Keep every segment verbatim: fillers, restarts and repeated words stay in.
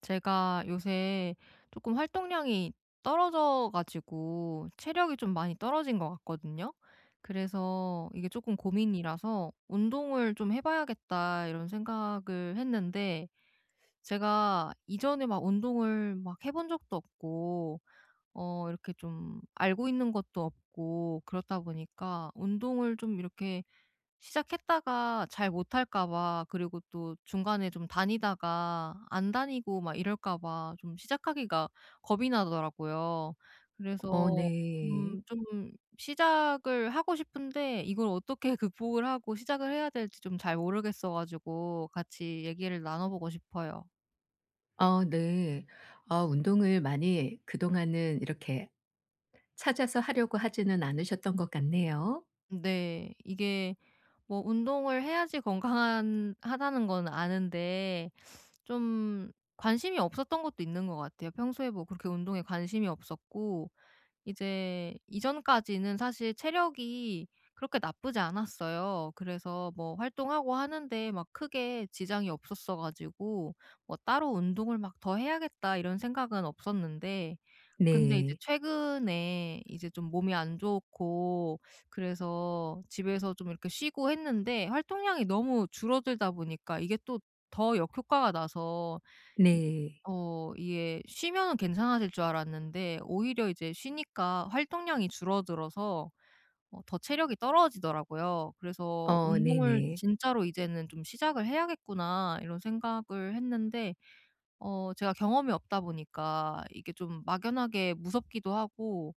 제가 요새 조금 활동량이 떨어져 가지고 체력이 좀 많이 떨어진 것 같거든요. 그래서 이게 조금 고민이라서 '운동을 좀 해 봐야겠다.' 이런 생각을 했는데 제가 이전에 막 운동을 막 해본 적도 없고 어 이렇게 좀 알고 있는 것도 없고, 그렇다 보니까 운동을 좀 이렇게 시작했다가 잘 못할까 봐, 그리고 또 중간에 좀 다니다가 안 다니고 막 이럴까 봐 좀 시작하기가 겁이 나더라고요. 어 그래서 네. 음 좀 시작을 하고 싶은데 이걸 어떻게 극복을 하고 시작을 해야 될지 좀 잘 모르겠어 가지고 같이 얘기를 나눠 보고 싶어요. 어 네. 어 운동을 많이 그동안은 이렇게 찾아서 하려고 하지는 않으셨던 것 같네요. 네. 이게 뭐 운동을 해야지 건강한 하다는 건 아는데 좀 관심이 없었던 것도 있는 것 같아요. 평소에 뭐 그렇게 운동에 관심이 없었고 이제 이전까지는 사실 체력이 그렇게 나쁘지 않았어요. 그래서 뭐 활동하고 하는데 막 크게 지장이 없었어 가지고 뭐 따로 운동을 막 더 해야겠다 이런 생각은 없었는데 근데 이제 네. 최근에 이제 좀 몸이 안 좋고, 그래서 집에서 좀 이렇게 쉬고 했는데 활동량이 너무 줄어들다 보니까 이게 또 더 역효과가 나서 이 네. 어 이게 쉬면은 괜찮아질 줄 알았는데 오히려 이제 쉬니까 활동량이 줄어들어서 어 더 체력이 떨어지더라고요. 그래서 어 '운동을 네네. 진짜로 이제는 좀 시작을 해야겠구나.' 이런 생각을 했는데 어 제가 경험이 없다 보니까 이게 좀 막연하게 무섭기도 하고,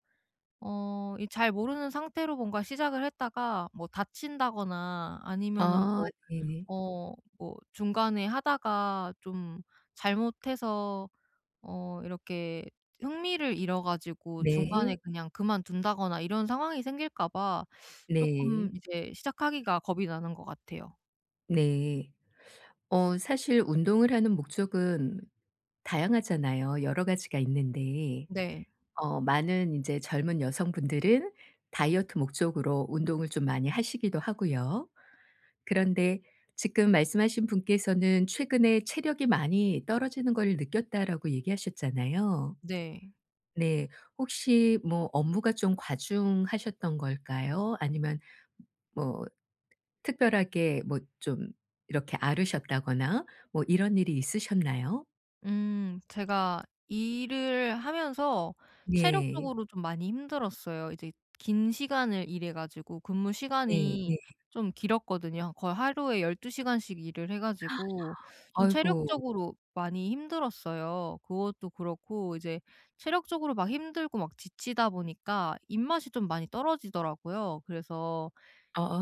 어 이잘 모르는 상태로 뭔가 시작을 했다가 뭐 다친다거나 아니면은 어 뭐 네. 어 뭐 중간에 하다가 좀 잘못해서 어 이렇게 흥미를 잃어 가지고 중간에 네. 그냥 그만둔다거나 이런 상황이 생길까 봐 네. 조금 이제 시작하기가 겁이 나는 것 같아요. 네. 어 사실 운동을 하는 목적은 다양하잖아요. 여러 가지가 있는데, 네. 어 많은 이제 젊은 여성분들은 다이어트 목적으로 운동을 좀 많이 하시기도 하고요. 그런데 지금 말씀하신 분께서는 최근에 체력이 많이 떨어지는 걸 느꼈다라고 얘기하셨잖아요. 네. 네. 혹시 뭐 업무가 좀 과중하셨던 걸까요? 아니면 뭐 특별하게 뭐 좀 이렇게 앓으셨다거나 뭐 이런 일이 있으셨나요? 음. 제가 일을 하면서 네. 체력적으로 좀 많이 힘들었어요. 이제 긴 시간을 일해 가지고 근무 네, 시간이 네. 좀 길었거든요. 거의 하루에 열두 시간씩 일을 해 가지고 좀 아이고. 체력적으로 많이 힘들었어요. 그것도 그렇고 이제 체력적으로 막 힘들고 막 지치다 보니까 입맛이 좀 많이 떨어지더라고요. 그래서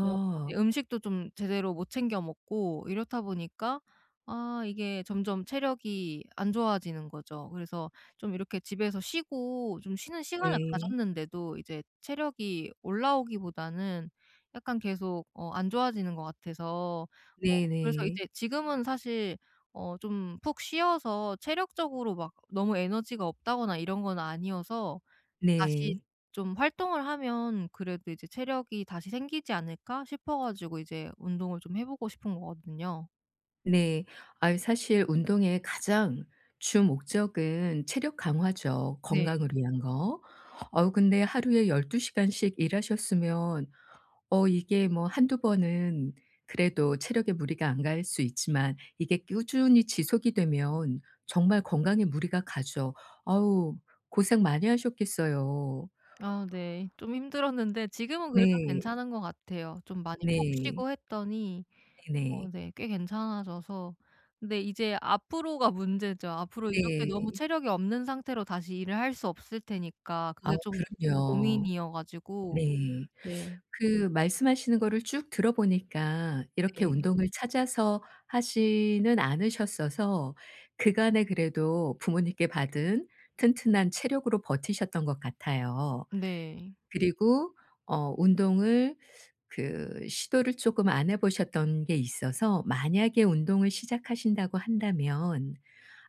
뭐 이제 음식도 좀 제대로 못 챙겨 먹고 이렇다 보니까 아 이게 점점 체력이 안 좋아지는 거죠. 그래서 좀 이렇게 집에서 쉬고 좀 쉬는 시간을 네. 가졌는데도 이제 체력이 올라오기보다는 약간 계속 어 안 좋아지는 것 같아서 어 그래서 네네. 이제 지금은 사실 어 좀 푹 쉬어서 체력적으로 막 너무 에너지가 없다거나 이런 건 아니어서 네. 다시 네. 좀 활동을 하면 그래도 이제 '체력이 다시 생기지 않을까?' 싶어 가지고 이제 운동을 좀 해 보고 싶은 거거든요. 네. 아, 사실 운동의 가장 주 목적은 체력 강화죠, 건강을 네. 위한 거. 어 근데 하루에 12 시간씩 일하셨으면, 어 이게 뭐 한두 번은 그래도 체력에 무리가 안 갈 수 있지만, 이게 꾸준히 지속이 되면 정말 건강에 무리가 가죠. 아우, 고생 많이 하셨겠어요. 아 네. 좀 힘들었는데 지금은 그래도 네. 괜찮은 것 같아요. 좀 많이 푹 네. 쉬고 했더니 어 네네. 네, 꽤 괜찮아져서 근데 이제 앞으로가 문제죠. 앞으로 이렇게 네. 너무 체력이 없는 상태로 다시 일을 할 수 없을 테니까 아, 그게 좀 그럼요. 고민이어 가지고 네. 네. 그 말씀하시는 거를 쭉 들어 보니까, 이렇게 네. 운동을 찾아서 하지는 않으셨어서 그간에 그래도 부모님께 받은 튼튼한 체력으로 버티셨던 것 같아요. 네. 그리고 어 운동을, 그 시도를 쪼끔 안 해 보셨던 게 있어서, 만약에 운동을 시작하신다고 한다면,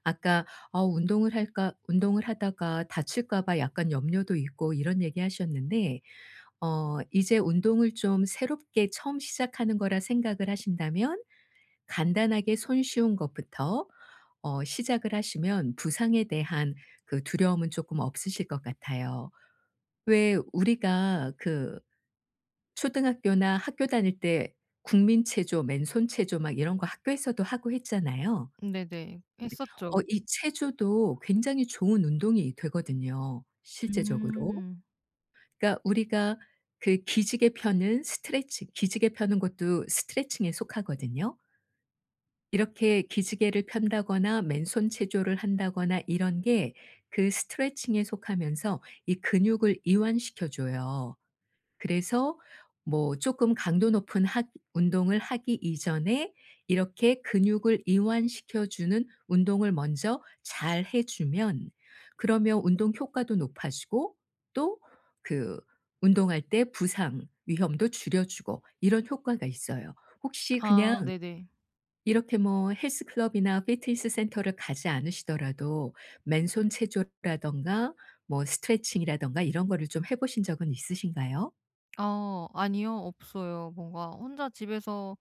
아까 "어 운동을 할까, 운동을 하다가 다칠까 봐 약간 염려도 있고." 이런 얘기하셨는데, 어 이제 운동을 좀 새롭게 처음 시작하는 거라 생각을 하신다면, 간단하게 손쉬운 것부터 어 시작을 하시면 부상에 대한 그 두려움은 조금 없으실 것 같아요. 왜, 우리가 그 초등학교나 학교 다닐 때 국민 체조, 맨손 체조 막 이런 거 학교에서도 하고 했잖아요. 네네. 어 했었죠. 이 체조도 굉장히 좋은 운동이 되거든요, 실제적으로. 음. 그러니까 우리가 그 기지개 펴는 스트레칭, 기지개 펴는 것도 스트레칭에 속하거든요. 이렇게 기지개를 편다거나 맨손 체조를 한다거나 이런 게 그 스트레칭에 속하면서 이 근육을 이완시켜 줘요. 그래서 뭐 조금 강도 높은 하, 운동을 하기 이전에 이렇게 근육을 이완시켜 주는 운동을 먼저 잘 해 주면, 그러면 운동 효과도 높아지고 또 그 운동할 때 부상 위험도 줄여 주고 이런 효과가 있어요. 혹시 그냥 아 네네. 이렇게 뭐 헬스 클럽이나 피트니스 센터를 가지 않으시더라도 맨손 체조라든가 뭐 스트레칭이라든가 이런 거를 좀 해 보신 적은 있으신가요? 아 아니요. 없어요. 뭔가 혼자 집에서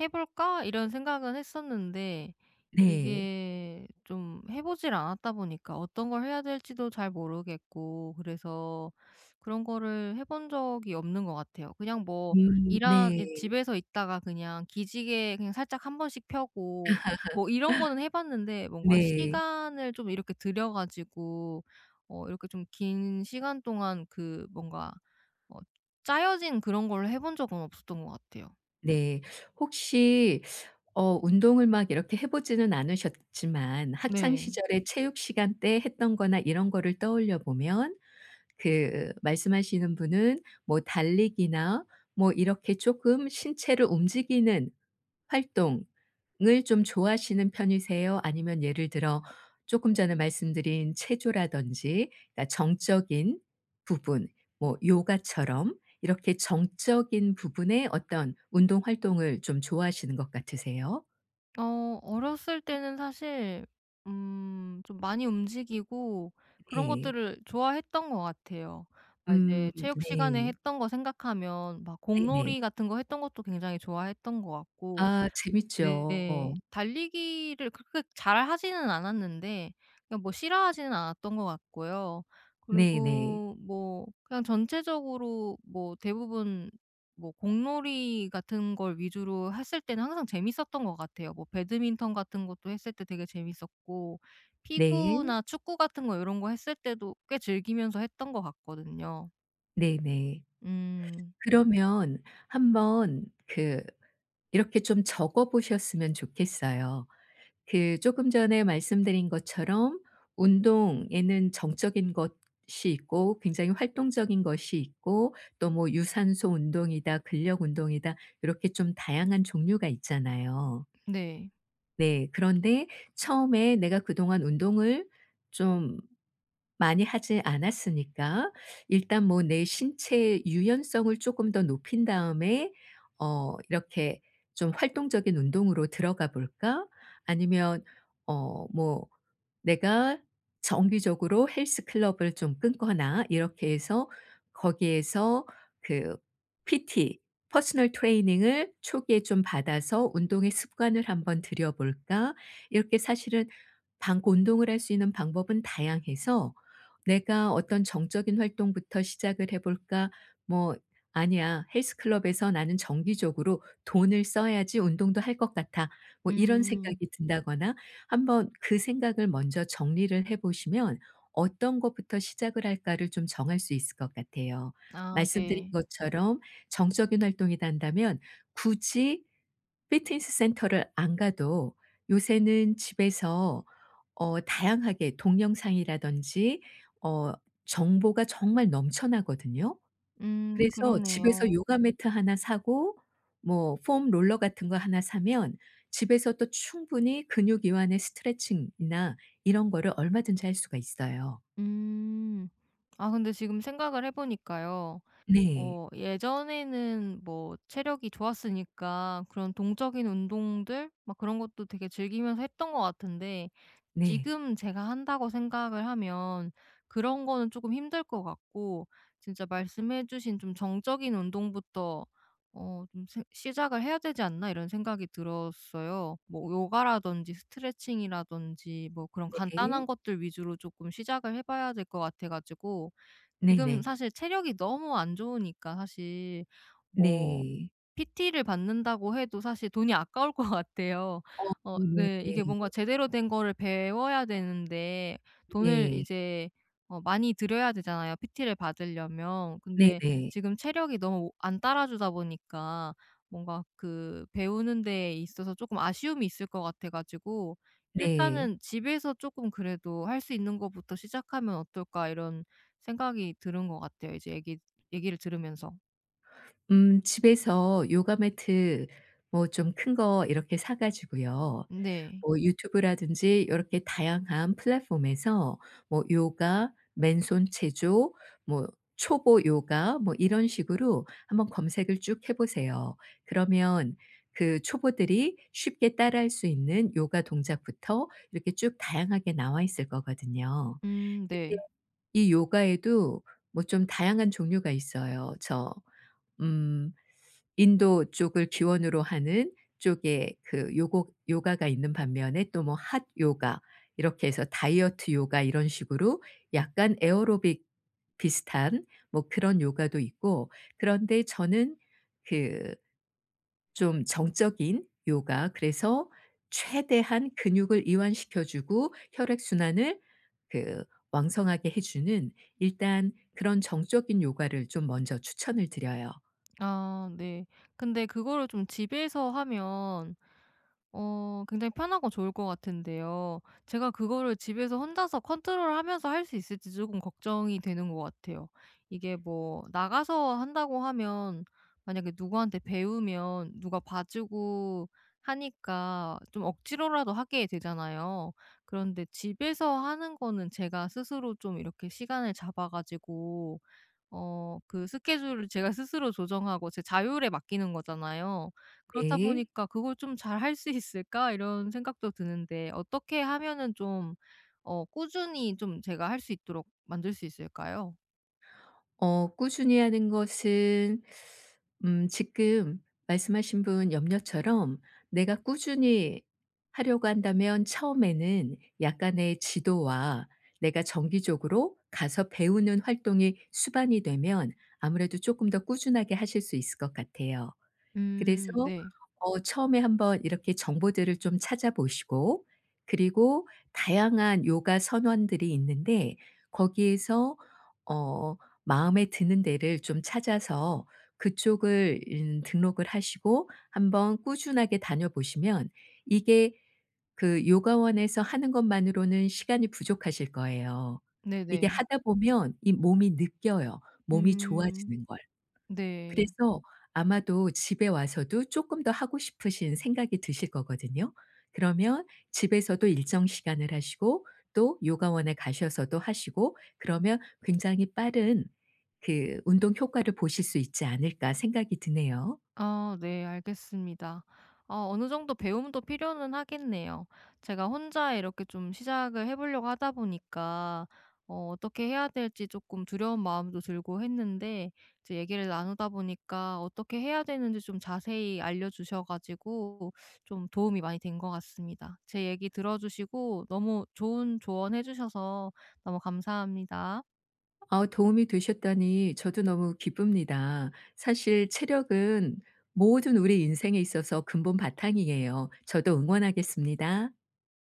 '해 볼까?' 이런 생각은 했었는데 네. 이게 좀 해 보질 않았다 보니까 어떤 걸 해야 될지도 잘 모르겠고, 그래서 그런 거를 해본 적이 없는 것 같아요. 그냥 뭐 음 일한 네. 이 집에서 있다가 그냥 기지개 그냥 살짝 한 번씩 펴고 뭐 이런 거는 해 봤는데 뭔가 네. 시간을 좀 이렇게 들여 가지고 어 이렇게 좀 긴 시간 동안 그 뭔가 어 짜여진 그런 걸 해본 적은 없었던 것 같아요. 네. 혹시 어 운동을 막 이렇게 해 보지는 않으셨지만, 학창 네. 시절에 체육 시간 때 했던 거나 이런 거를 떠올려 보면, 그 말씀하시는 분은 뭐 달리기나 뭐 이렇게 쪼끔 신체를 움직이는 활동을 좀 좋아하시는 편이세요? 아니면 예를 들어 조금 전에 말씀드린 체조라든지, 그러니까 정적인 부분, 뭐 요가처럼 이렇게 정적인 부분의 어떤 운동 활동을 좀 좋아하시는 것 같으세요? 어 어렸을 때는 사실 음 좀 많이 움직이고 그런 네. 것들을 좋아했던 것 같아요. 막 이제 음 체육 시간에 네. 했던 거 생각하면 막 네네. 공놀이 같은 거 했던 것도 굉장히 좋아했던 것 같고 아, 네. 재밌죠. 달리기를 그렇게 잘하지는 않았는데 그냥 뭐 싫어하지는 않았던 것 같고요. 네네. 그리고 뭐 그냥 전체적으로 뭐 대부분 뭐 공놀이 같은 걸 위주로 했을 때는 항상 재밌었던 것 같아요. 뭐 배드민턴 같은 것도 했을 때 되게 재밌었고, 네. 피구나 축구 같은 거 이런 거 했을 때도 꽤 즐기면서 했던 것 같거든요. 네네. 음. 그러면 한번 그 이렇게 좀 적어 보셨으면 좋겠어요. 그 조금 전에 말씀드린 것처럼, 운동에는 정적인 것이 있고 굉장히 활동적인 것이 있고, 또 뭐 유산소 운동이다 근력 운동이다 이렇게 좀 다양한 종류가 있잖아요. 네. 네. 그런데 처음에 내가 그동안 운동을 좀 많이 하지 않았으니까, 일단 뭐 내 신체의 유연성을 조금 더 높인 다음에 어 이렇게 좀 '활동적인 운동으로 들어가 볼까?', 아니면 어 뭐 '내가 정기적으로 헬스 클럽을 좀 끊거나.' 이렇게 해서 거기에서 그 피티, 퍼스널 트레이닝을 초기에 좀 받아서 '운동의 습관을 한번 들여 볼까?' 이렇게, 사실은 방 운동을 할 수 있는 방법은 다양해서, '내가 어떤 정적인 활동부터 시작을 해 볼까?' 뭐 '아니야. 헬스 클럽에서 나는 정기적으로 돈을 써야지 운동도 할 것 같아.' 뭐 이런 음. 생각이 든다거나, 한번 그 생각을 먼저 정리를 해 보시면 '어떤 것부터 시작을 할까.'를 좀 정할 수 있을 것 같아요. 아 말씀드린 네. 것처럼, 정적인 활동이 된다면 굳이 피트니스 센터를 안 가도 요새는 집에서 어 다양하게 동영상이라든지 어 정보가 정말 넘쳐나거든요. 음, 그래서 집에서 그러네요. 요가 매트 하나 사고 뭐 폼 롤러 같은 거 하나 사면 집에서 또 충분히 근육 이완의 스트레칭이나 이런 거를 얼마든지 할 수가 있어요. 음. 아 근데 지금 생각을 해 보니까요. 네. 어 예전에는 뭐 체력이 좋았으니까 그런 동적인 운동들 막 그런 것도 되게 즐기면서 했던 것 같은데 네. 지금 제가 한다고 생각을 하면 그런 거는 조금 힘들 것 같고 진짜 말씀해 주신 좀 '정적인 운동부터 어 좀 세- 시작을 해야 되지 않나?' 이런 생각이 들었어요. 뭐 요가라든지 스트레칭이라든지 뭐 그런 네. 간단한 것들 위주로 조금 시작을 해 봐야 될 것 같아 가지고 지금 네네. 사실 체력이 너무 안 좋으니까 사실 뭐 네. 피티를 받는다고 해도 사실 돈이 아까울 것 같아요. 어 어 네네. 네. 이게 뭔가 제대로 된 거를 배워야 되는데 돈을 네. 이제 어 많이 들여야 되잖아요, 피티를 받으려면. 근데 네네. 지금 체력이 너무 안 따라주다 보니까 뭔가 그 배우는 데 있어서 조금 아쉬움이 있을 것 같아 가지고 네. '일단은 집에서 조금 그래도 할 수 있는 것부터 시작하면 어떨까.' 이런 생각이 들은 것 같아요. 이제 얘기 얘기를 들으면서. 음 집에서 요가 매트 뭐 좀 큰 거 이렇게 사 가지고요. 네. 뭐 유튜브라든지 이렇게 다양한 플랫폼에서 뭐 요가, 맨손 체조, 뭐 초보 요가 뭐 이런 식으로 한번 검색을 쭉 해 보세요. 그러면 그 초보들이 쉽게 따라할 수 있는 요가 동작부터 이렇게 쭉 다양하게 나와 있을 거거든요. 음 네. 근데 이 요가에도 뭐 좀 다양한 종류가 있어요. 저 음 인도 쪽을 기원으로 하는 쪽에 그 요고 요가가 있는 반면에, 또 뭐 핫 요가 이렇게 해서 다이어트 요가 이런 식으로 약간 에어로빅 비슷한 뭐 그런 요가도 있고. 그런데 저는 그 좀 정적인 요가, 그래서 최대한 근육을 이완시켜 주고 혈액 순환을 그 왕성하게 해 주는, 일단 그런 정적인 요가를 좀 먼저 추천을 드려요. 아 네. 근데 그거를 좀 집에서 하면 어 굉장히 편하고 좋을 것 같은데요. 제가 그거를 집에서 혼자서 컨트롤하면서 할 수 있을지 조금 걱정이 되는 것 같아요. 이게 뭐 나가서 한다고 하면 만약에 누구한테 배우면 누가 봐 주고 하니까 좀 억지로라도 하게 되잖아요. 그런데 집에서 하는 거는 제가 스스로 좀 이렇게 시간을 잡아 가지고 어 그 스케줄을 제가 스스로 조정하고 제 자율에 맡기는 거잖아요. 그렇다 네. 보니까 '그걸 좀 잘 할 수 있을까?' 이런 생각도 드는데, 어떻게 하면은 좀 어 꾸준히 좀 제가 할 수 있도록 만들 수 있을까요? 어 꾸준히 하는 것은, 음 지금 말씀하신 분 염려처럼 내가 꾸준히 하려고 한다면, 처음에는 약간의 지도와 내가 정기적으로 가서 배우는 활동이 수반이 되면 아무래도 조금 더 꾸준하게 하실 수 있을 것 같아요. 그래서 음 네. 어 처음에 한번 이렇게 정보들을 좀 찾아보시고, 그리고 다양한 요가 선원들이 있는데 거기에서 어 마음에 드는 데를 좀 찾아서 그쪽을 음 등록을 하시고 한번 꾸준하게 다녀보시면, 이게 그 요가원에서 하는 것만으로는 시간이 부족하실 거예요. 이게 네네. 하다 보면 이 몸이 느껴요. 몸이 음. 음 좋아지는 걸. 네. 그래서 아마도 집에 와서도 쪼끔 더 하고 싶으신 생각이 드실 거거든요. 그러면 집에서도 일정 시간을 하시고, 또 요가원에 가셔서도 하시고, 그러면 '굉장히 빠른 그 운동 효과를 보실 수 있지 않을까.' 생각이 드네요. 아 네, 알겠습니다. 어 어느 정도 배움도 필요는 하겠네요. 제가 혼자 이렇게 좀 시작을 해 보려고 하다 보니까 어 어떻게 해야 될지 조금 두려운 마음도 들고 했는데 이제 얘기를 나누다 보니까 어떻게 해야 되는지 좀 자세히 알려주셔 가지고 좀 도움이 많이 된 것 같습니다. 제 얘기 들어 주시고 너무 좋은 조언해 주셔서 너무 감사합니다. 아, 도움이 되셨다니 저도 너무 기쁩니다. 사실 체력은 모든 우리 인생에 있어서 근본 바탕이에요. 저도 응원하겠습니다.